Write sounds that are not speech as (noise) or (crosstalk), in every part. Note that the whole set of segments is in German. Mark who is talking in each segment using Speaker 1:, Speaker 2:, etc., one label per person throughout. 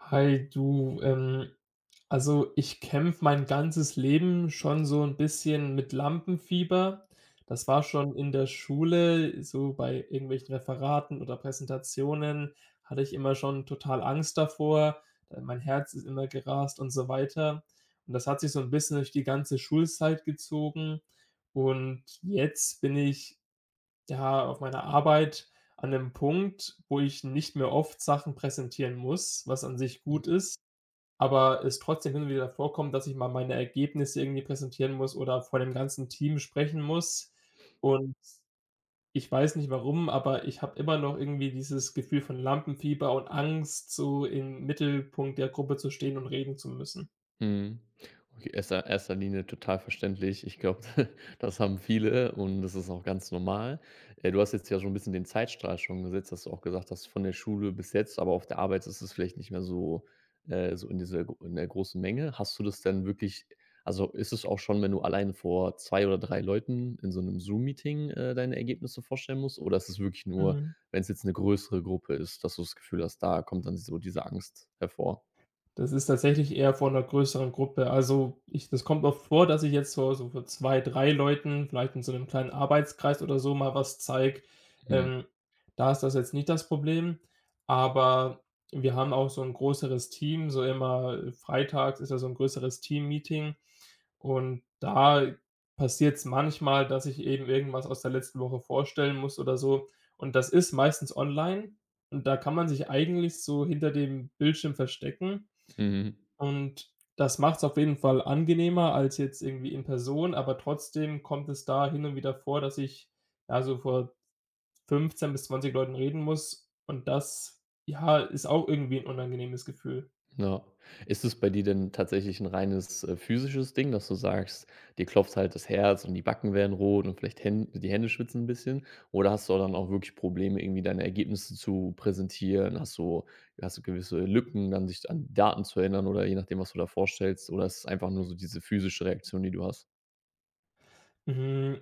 Speaker 1: Hi, du, also ich kämpfe mein ganzes Leben schon so ein bisschen mit Lampenfieber. Das war schon in der Schule, so bei irgendwelchen Referaten oder Präsentationen hatte ich immer schon total Angst davor. Mein Herz ist immer gerast und so weiter. Und das hat sich so ein bisschen durch die ganze Schulzeit gezogen. Und jetzt bin ich ja, auf meiner Arbeit an einem Punkt, wo ich nicht mehr oft Sachen präsentieren muss, was an sich gut ist, aber es trotzdem hin und wieder vorkommt, dass ich mal meine Ergebnisse irgendwie präsentieren muss oder vor dem ganzen Team sprechen muss. Und ich weiß nicht warum, aber ich habe immer noch irgendwie dieses Gefühl von Lampenfieber und Angst, so im Mittelpunkt der Gruppe zu stehen und reden zu müssen.
Speaker 2: Mhm. Okay, erster Linie total verständlich. Ich glaube, (laughs) das haben viele und das ist auch ganz normal. Du hast jetzt ja schon ein bisschen den Zeitstrahl schon gesetzt, dass du auch gesagt hast, von der Schule bis jetzt, aber auf der Arbeit ist es vielleicht nicht mehr so so in der großen Menge. Hast du das denn wirklich also, ist es auch schon, wenn du allein vor 2 oder 3 Leuten in so einem Zoom-Meeting deine Ergebnisse vorstellen musst? Oder ist es wirklich nur,
Speaker 1: Mhm.
Speaker 2: wenn es jetzt eine größere Gruppe ist, dass du das Gefühl hast, da kommt dann so diese Angst hervor?
Speaker 1: Das ist tatsächlich eher vor einer größeren Gruppe. Also, ich das kommt oft vor, dass ich jetzt so vor 2, 3 Leuten, vielleicht in so einem kleinen Arbeitskreis oder so, mal was zeige.
Speaker 2: Mhm,
Speaker 1: Ähm, da ist das jetzt nicht das Problem, aber wir haben auch so ein größeres Team, so immer freitags ist ja so ein größeres Team-Meeting und da passiert es manchmal, dass ich eben irgendwas aus der letzten Woche vorstellen muss oder so, und das ist meistens online und da kann man sich eigentlich so hinter dem Bildschirm verstecken
Speaker 2: mhm.
Speaker 1: und das macht es auf jeden Fall angenehmer als jetzt irgendwie in Person, aber trotzdem kommt es da hin und wieder vor, dass ich, ja, so vor 15 bis 20 Leuten reden muss und das, ja, ist auch irgendwie ein unangenehmes Gefühl.
Speaker 2: Ja. Ist es bei dir denn tatsächlich ein reines, physisches Ding, dass du sagst, dir klopft halt das Herz und die Backen werden rot und vielleicht Hän die Hände schwitzen ein bisschen? Oder hast du dann auch wirklich Probleme, irgendwie deine Ergebnisse zu präsentieren? Hast du gewisse Lücken, dann sich an Daten zu erinnern oder je nachdem, was du da vorstellst? Oder ist es einfach nur so diese physische Reaktion, die du hast?
Speaker 1: Hm,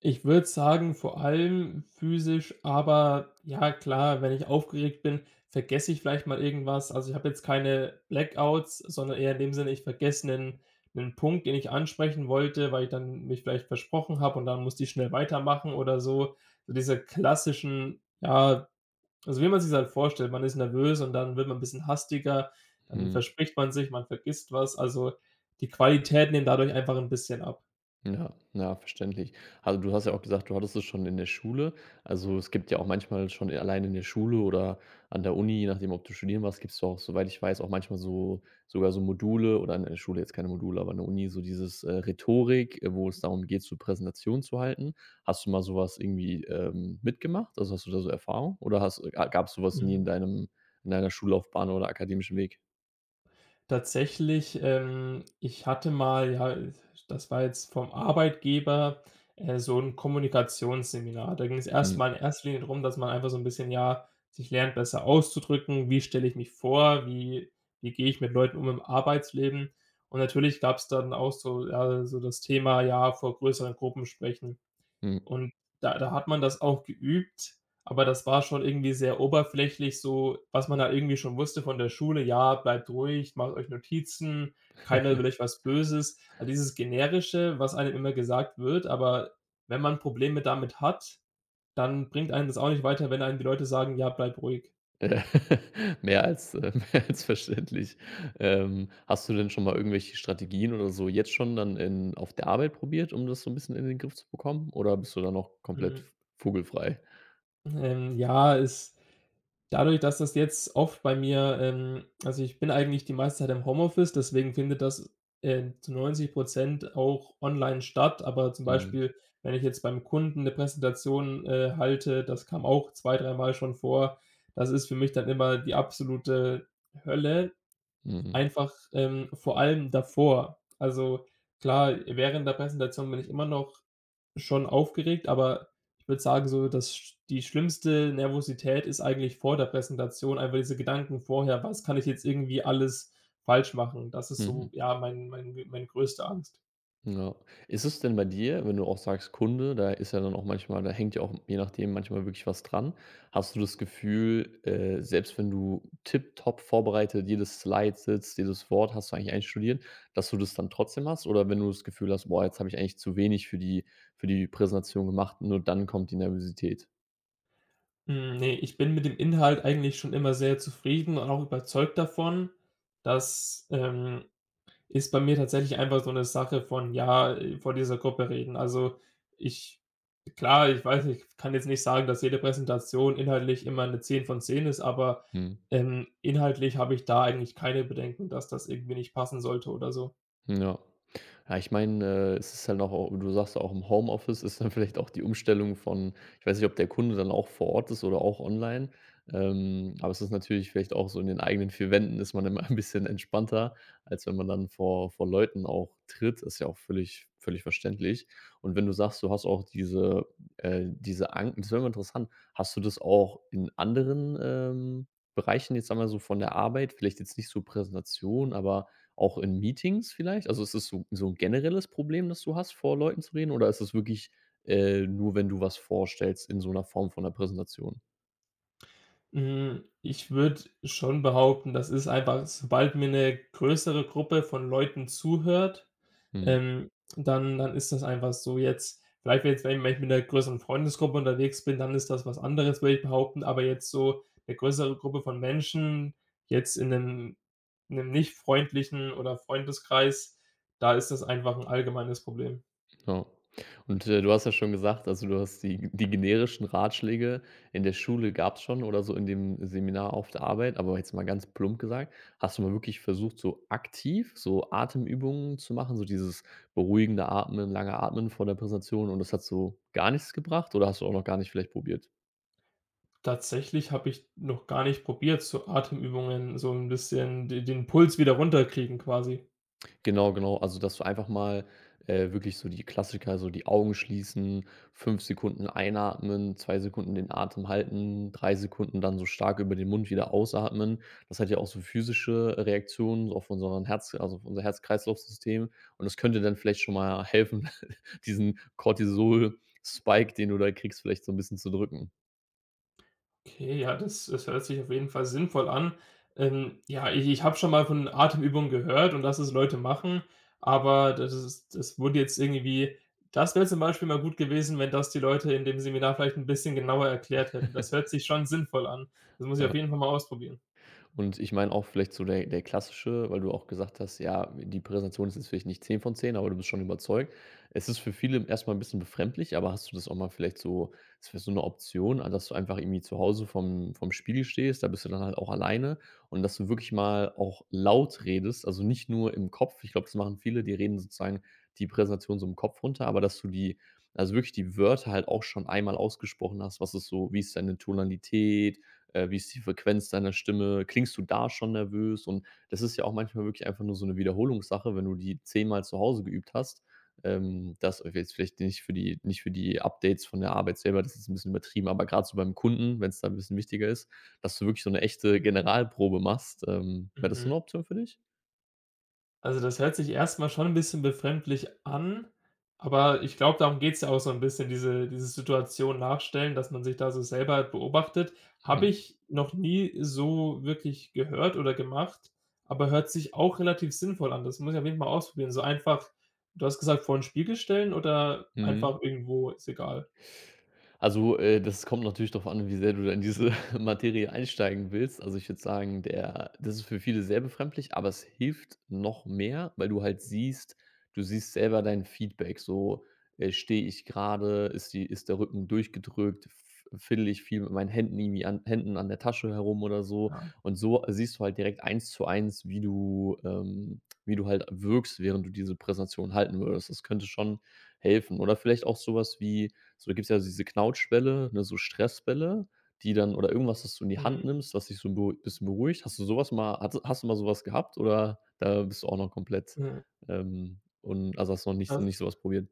Speaker 1: ich würde sagen, vor allem physisch, aber ja klar, wenn ich aufgeregt bin, vergesse ich vielleicht mal irgendwas. Also, ich habe jetzt keine Blackouts, sondern eher in dem Sinne, ich vergesse einen Punkt, den ich ansprechen wollte, weil ich dann mich vielleicht versprochen habe und dann musste ich schnell weitermachen oder so. So diese klassischen, ja, also, wie man sich halt vorstellt, man ist nervös und dann wird man ein bisschen hastiger, dann
Speaker 2: Mhm.
Speaker 1: verspricht man sich, man vergisst was. Also, die Qualität nimmt dadurch einfach ein bisschen ab.
Speaker 2: Ja, ja, verständlich. Also, du hast ja auch gesagt, du hattest es schon in der Schule. Also, es gibt ja auch manchmal schon allein in der Schule oder an der Uni, je nachdem, ob du studieren warst, gibt es auch, soweit ich weiß, auch manchmal so sogar so Module oder in der Schule jetzt keine Module, aber an der Uni so dieses, Rhetorik, wo es darum geht, so Präsentationen zu halten. Hast du mal sowas irgendwie, mitgemacht? Also, hast du da so Erfahrung oder hast gab's so was nie in
Speaker 1: Mhm.
Speaker 2: deinem in deiner Schullaufbahn oder akademischen Weg?
Speaker 1: Tatsächlich, ich hatte mal, ja, das war jetzt vom Arbeitgeber, so 'n Kommunikationsseminar. Da ging's erst
Speaker 2: Mhm,
Speaker 1: mal in erster Linie drum, dass man einfach so 'n bisschen, ja, sich lernt, besser auszudrücken. Wie stelle ich mich vor? Wie gehe ich mit Leuten um im Arbeitsleben? Und natürlich gab's dann auch so, ja, so das Thema, ja, vor größeren Gruppen sprechen.
Speaker 2: mhm.
Speaker 1: Und da hat man das auch geübt, aber das war schon irgendwie sehr oberflächlich so, was man da irgendwie schon wusste von der Schule: „Ja, bleibt ruhig, macht euch Notizen,
Speaker 2: (laughs)
Speaker 1: keiner will euch was Böses.“ All dieses Generische, was einem immer gesagt wird, aber wenn man Probleme damit hat, dann bringt einen das auch nicht weiter, wenn einem die Leute sagen: „Ja, bleib ruhig.“
Speaker 2: Äh, (laughs) mehr als (laughs) mehr als verständlich. Hast du denn schon mal irgendwelche Strategien oder so jetzt schon dann in auf der Arbeit probiert, um das so ein bisschen in den Griff zu bekommen oder bist du da noch komplett
Speaker 1: Mhm.
Speaker 2: vogelfrei?
Speaker 1: Ja, es Dadurch, dass das jetzt oft bei mir also, ich bin eigentlich die meiste Zeit im Homeoffice, deswegen findet das, zu 90 auch online statt. Aber zum
Speaker 2: Mhm.
Speaker 1: Beispiel, wenn ich jetzt beim Kunden eine Präsentation, halte, das kam auch zwei dreimal schon vor. Das ist für mich dann immer die absolute Hölle,
Speaker 2: Mhm.
Speaker 1: einfach, vor allem davor. Also, klar, während der Präsentation bin ich immer noch schon aufgeregt, aber ich würde sagen, so dass sch die schlimmste Nervosität ist eigentlich vor der Präsentation, einfach diese Gedanken vorher: „Was kann ich jetzt irgendwie alles falsch machen?“ Das ist so,
Speaker 2: Mhm.
Speaker 1: ja, meine größte Angst.
Speaker 2: Ja. Ist es denn bei dir, wenn du auch sagst Kunde, da ist ja dann auch manchmal da hängt ja auch je nachdem manchmal wirklich was dran. Hast du das Gefühl, selbst wenn du tipptopp vorbereitet jedes Slide sitzt, jedes Wort hast du eigentlich einstudiert, dass du das dann trotzdem hast? Oder wenn du das Gefühl hast: „Boah, jetzt habe ich eigentlich zu wenig für die Präsentation gemacht“, nur dann kommt die Nervosität?
Speaker 1: Hm, ne, ich bin mit dem Inhalt eigentlich schon immer sehr zufrieden und auch überzeugt davon, dass, ist bei mir tatsächlich einfach so eine Sache von, ja, vor dieser Gruppe reden. Also, ich klar, ich weiß, ich kann jetzt nicht sagen, dass jede Präsentation inhaltlich immer eine 10 von 10 ist, aber,
Speaker 2: Mhm.
Speaker 1: inhaltlich habe ich da eigentlich keine Bedenken, dass das irgendwie nicht passen sollte oder so.
Speaker 2: Ja. Ja, ich meine, es ist halt auch au du sagst auch im Homeoffice ist dann (laughs) vielleicht auch die Umstellung von, ich weiß nicht, ob der Kunde dann auch vor Ort ist oder auch online, aber es ist natürlich vielleicht auch so in den eigenen 4 Wänden ist man immer (laughs) ein bisschen entspannter, als wenn man dann vor Leuten auch tritt. Ist ja auch völlig völlig verständlich. Und wenn du sagst, du hast auch diese diese Ang das wäre mal interessant. Hast du das auch in anderen, Bereichen jetzt, sagen mal so, von der Arbeit? Vielleicht jetzt nicht so Präsentation, aber auch in Meetings vielleicht? Also, ist es so 'n generelles Problem, das du hast, vor Leuten zu reden, oder ist es wirklich, nur, wenn du was vorstellst in so einer Form von 'ner Präsentation?
Speaker 1: Hm, ich würde schon behaupten, das ist einfach sobald mir eine größere Gruppe von Leuten zuhört,
Speaker 2: Mhm,
Speaker 1: ähm, dann ist das einfach so, jetzt vielleicht, wenn ich mit 'ner größeren Freundesgruppe unterwegs bin, dann ist das was anderes, würde ich behaupten, aber jetzt so eine größere Gruppe von Menschen jetzt in 'nem einem nicht freundlichen oder Freundeskreis, da ist das einfach ein allgemeines Problem.
Speaker 2: ja. Und, du hast ja schon gesagt, also, du hast die generischen Ratschläge in der Schule gab's schon oder so in dem Seminar auf der Arbeit, aber jetzt mal ganz plump gesagt, hast du mal wirklich versucht, so aktiv so Atemübungen zu machen, so dieses beruhigende Atmen, lange Atmen vor der Präsentation und das hat so gar nichts gebracht oder hast du auch noch gar nicht vielleicht probiert?
Speaker 1: Tatsächlich habe ich noch gar nicht probiert, so Atemübungen so ein bisschen de den Puls wieder runterkriegen quasi.
Speaker 2: Genau, genau. Also, dass du einfach mal, wirklich so die Klassiker, so die Augen schließen, 5 Sekunden einatmen, 2 Sekunden den Atem halten, 3 Sekunden dann so stark über den Mund wieder ausatmen. Das hat ja auch so physische Reaktionen so auf unser Herz-Kreislauf-System und das könnte dann vielleicht schon mal helfen, (laughs) diesen Cortisol-Spike, den du da kriegst, vielleicht so ein bisschen zu drücken.
Speaker 1: Okay, ja, das hört sich auf jeden Fall sinnvoll an. Ja, ich habe schon mal von Atemübungen gehört und dass es Leute machen, aber das ist das wurde jetzt irgendwie das wäre zum Beispiel mal gut gewesen, wenn das die Leute in dem Seminar vielleicht ein bisschen genauer erklärt hätten. Das hört
Speaker 2: (laughs)
Speaker 1: sich schon sinnvoll an. Das muss ich auf
Speaker 2: Ja.
Speaker 1: jeden Fall mal ausprobieren.
Speaker 2: Und ich meine auch vielleicht so der klassische, weil du auch gesagt hast: „Ja, die Präsentation ist jetzt vielleicht nicht 10 von 10, aber du bist schon überzeugt.“ Es ist für viele erstmal ein bisschen befremdlich, aber hast du das auch mal vielleicht so, ist das wäre so eine Option, ah, dass du einfach irgendwie zu Hause vom Spiegel stehst, da bist du dann halt auch alleine und dass du wirklich mal auch laut redest, also nicht nur im Kopf. Ich glaube, das machen viele, die reden sozusagen die Präsentation so im Kopf runter, aber dass du die, also wirklich die Wörter halt auch schon einmal ausgesprochen hast. Was ist so, wie ist deine Tonalität? Wie ist die Frequenz deiner Stimme? Klingst du da schon nervös? Und das ist ja auch manchmal wirklich einfach nur so eine Wiederholungssache, wenn du die zehnmal zu Hause geübt hast. Das jetzt vielleicht nicht für die Updates von der Arbeit selber, das ist ein bisschen übertrieben, aber gerade so beim Kunden, wenn es da ein bisschen wichtiger ist, dass du wirklich so eine echte Generalprobe machst. Wäre das so
Speaker 1: Mhm.
Speaker 2: eine Option für dich?
Speaker 1: Also, das hört sich erstmal schon ein bisschen befremdlich an, aber ich glaube, darum geht's ja auch so ein bisschen, diese Situation nachstellen, dass man sich da so selber beobachtet. Habe
Speaker 2: Mhm.
Speaker 1: ich noch nie so wirklich gehört oder gemacht, aber hört sich auch relativ sinnvoll an. Das muss ich auf jeden Fall mal ausprobieren. So einfach, du hast gesagt, vor 'n Spiegel stellen oder
Speaker 2: Mhm.
Speaker 1: einfach irgendwo ist egal?
Speaker 2: Also, das kommt natürlich darauf an, wie sehr du da in diese (laughs) Materie einsteigen willst. Also, ich würde sagen, der das ist für viele sehr befremdlich, aber es hilft noch mehr, weil du siehst selber dein Feedback. So, stehe ich gerade? Ist der Rücken durchgedrückt? F Fiddle ich viel mit meinen Händen irgendwie an der Tasche herum oder so?
Speaker 1: Ja.
Speaker 2: Und so siehst du halt direkt eins zu eins, wie du, wie du halt wirkst, während du diese Präsentation halten würdest. Das könnte schon helfen. Oder vielleicht auch sowas wie, so, da gibt's ja diese Knautschbälle, ne, so Stressbälle, die dann, oder irgendwas, was du in die Hand
Speaker 1: Mhm,
Speaker 2: nimmst, was dich so ein beru bisschen beruhigt. Hast du sowas mal hattest, hast du mal sowas gehabt oder da bist du auch noch komplett,
Speaker 1: mhm.
Speaker 2: und also, hast du noch nicht sowas probiert?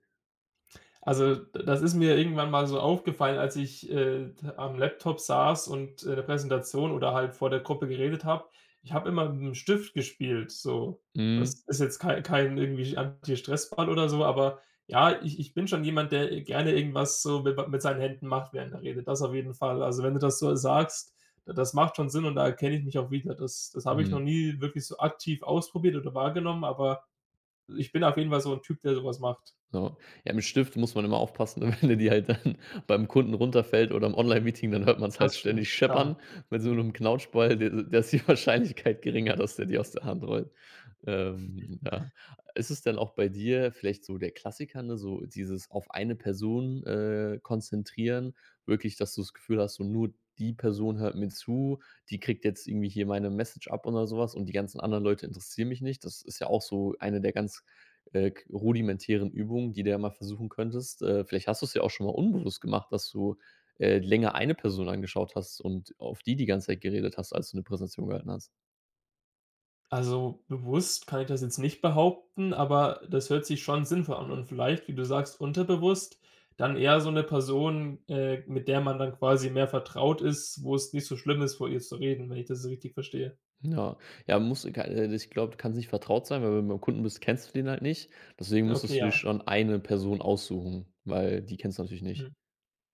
Speaker 1: Also, das ist mir irgendwann mal so aufgefallen, als ich, am Laptop saß und, in der Präsentation oder halt vor der Gruppe geredet habe. Ich habe immer mit dem Stift gespielt, so.
Speaker 2: Mhm,
Speaker 1: Das ist jetzt kein irgendwie Anti-Stress-Ball oder so, aber ja, ich bin schon jemand, der gerne irgendwas so mit seinen Händen macht während der Rede. Das auf jeden Fall. Also, wenn du das so sagst, das macht schon Sinn und da erkenne ich mich auch wieder. Das habe ich noch
Speaker 2: mhm.
Speaker 1: nie wirklich so aktiv ausprobiert oder wahrgenommen, aber ich bin auf jeden Fall so ein Typ, der sowas macht.
Speaker 2: So. Ja, mit Stift muss man immer aufpassen, (laughs) wenn dir die halt dann beim Kunden runterfällt oder im Online-Meeting, dann hört man es halt
Speaker 1: Das stimmt,
Speaker 2: ständig scheppern.
Speaker 1: klar.
Speaker 2: Mit so 'nem Knautschball, der, da ist die (laughs) Wahrscheinlichkeit geringer, dass der dir aus der Hand rollt. Ja. Ist es denn auch bei dir vielleicht so der Klassiker, ne, so dieses auf eine Person, konzentrieren, wirklich, dass du das Gefühl hast, so nur die Person hört mir zu, die kriegt jetzt irgendwie hier meine Message ab oder sowas und die ganzen anderen Leute interessieren mich nicht. Das ist ja auch so eine der ganz, k rudimentären Übungen, die du ja mal versuchen könntest. Vielleicht hast du es ja auch schon mal unbewusst gemacht, dass du, länger eine Person angeschaut hast und auf die ganze Zeit geredet hast, als du eine Präsentation gehalten hast.
Speaker 1: Also, bewusst kann ich das jetzt nicht behaupten, aber das hört sich schon sinnvoll an und vielleicht, wie du sagst, unterbewusst dann eher so eine Person, mit der man dann quasi mehr vertraut ist, wo es nicht so schlimm ist, vor ihr zu reden, wenn ich das richtig verstehe.
Speaker 2: Ja, ja, muss, ich glaube, kannst nicht vertraut sein, weil wenn du beim Kunden bist, kennst du den halt nicht. Deswegen
Speaker 1: Okay,
Speaker 2: müsstest du dir
Speaker 1: ja.
Speaker 2: schon eine Person aussuchen, weil die kennst du natürlich nicht.
Speaker 1: Mhm.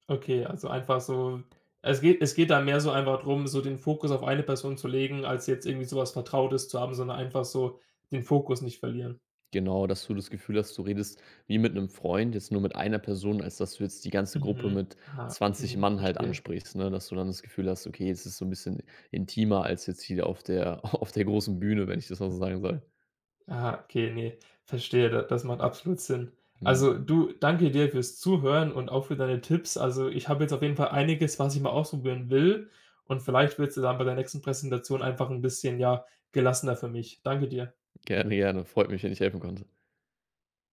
Speaker 1: Okay, also einfach so, es geht da mehr so einfach drum, so den Fokus auf eine Person zu legen, als jetzt irgendwie sowas Vertrautes zu haben, sondern einfach so den Fokus nicht verlieren.
Speaker 2: Genau, dass du das Gefühl hast, du redest wie mit einem Freund, jetzt nur mit einer Person, als dass du jetzt die ganze Gruppe
Speaker 1: Mhm.
Speaker 2: mit
Speaker 1: Ah,
Speaker 2: 20
Speaker 1: okay,
Speaker 2: Mann halt
Speaker 1: verstehe.
Speaker 2: ansprichst, ne? Dass du dann das Gefühl hast: „Okay, es ist so ein bisschen intimer als jetzt hier auf der (laughs) auf der großen Bühne“, wenn ich das mal so sagen soll.
Speaker 1: Ah, okay, nee, verstehe, da, das macht absolut Sinn.
Speaker 2: Mhm.
Speaker 1: Also, du, danke dir fürs Zuhören und auch für deine Tipps. Also, ich habe jetzt auf jeden Fall einiges, was ich mal ausprobieren will und vielleicht wird es dann bei der nächsten Präsentation einfach ein bisschen, ja, gelassener für mich. Danke dir.
Speaker 2: Gerne, gerne. Freut mich, wenn ich helfen konnte.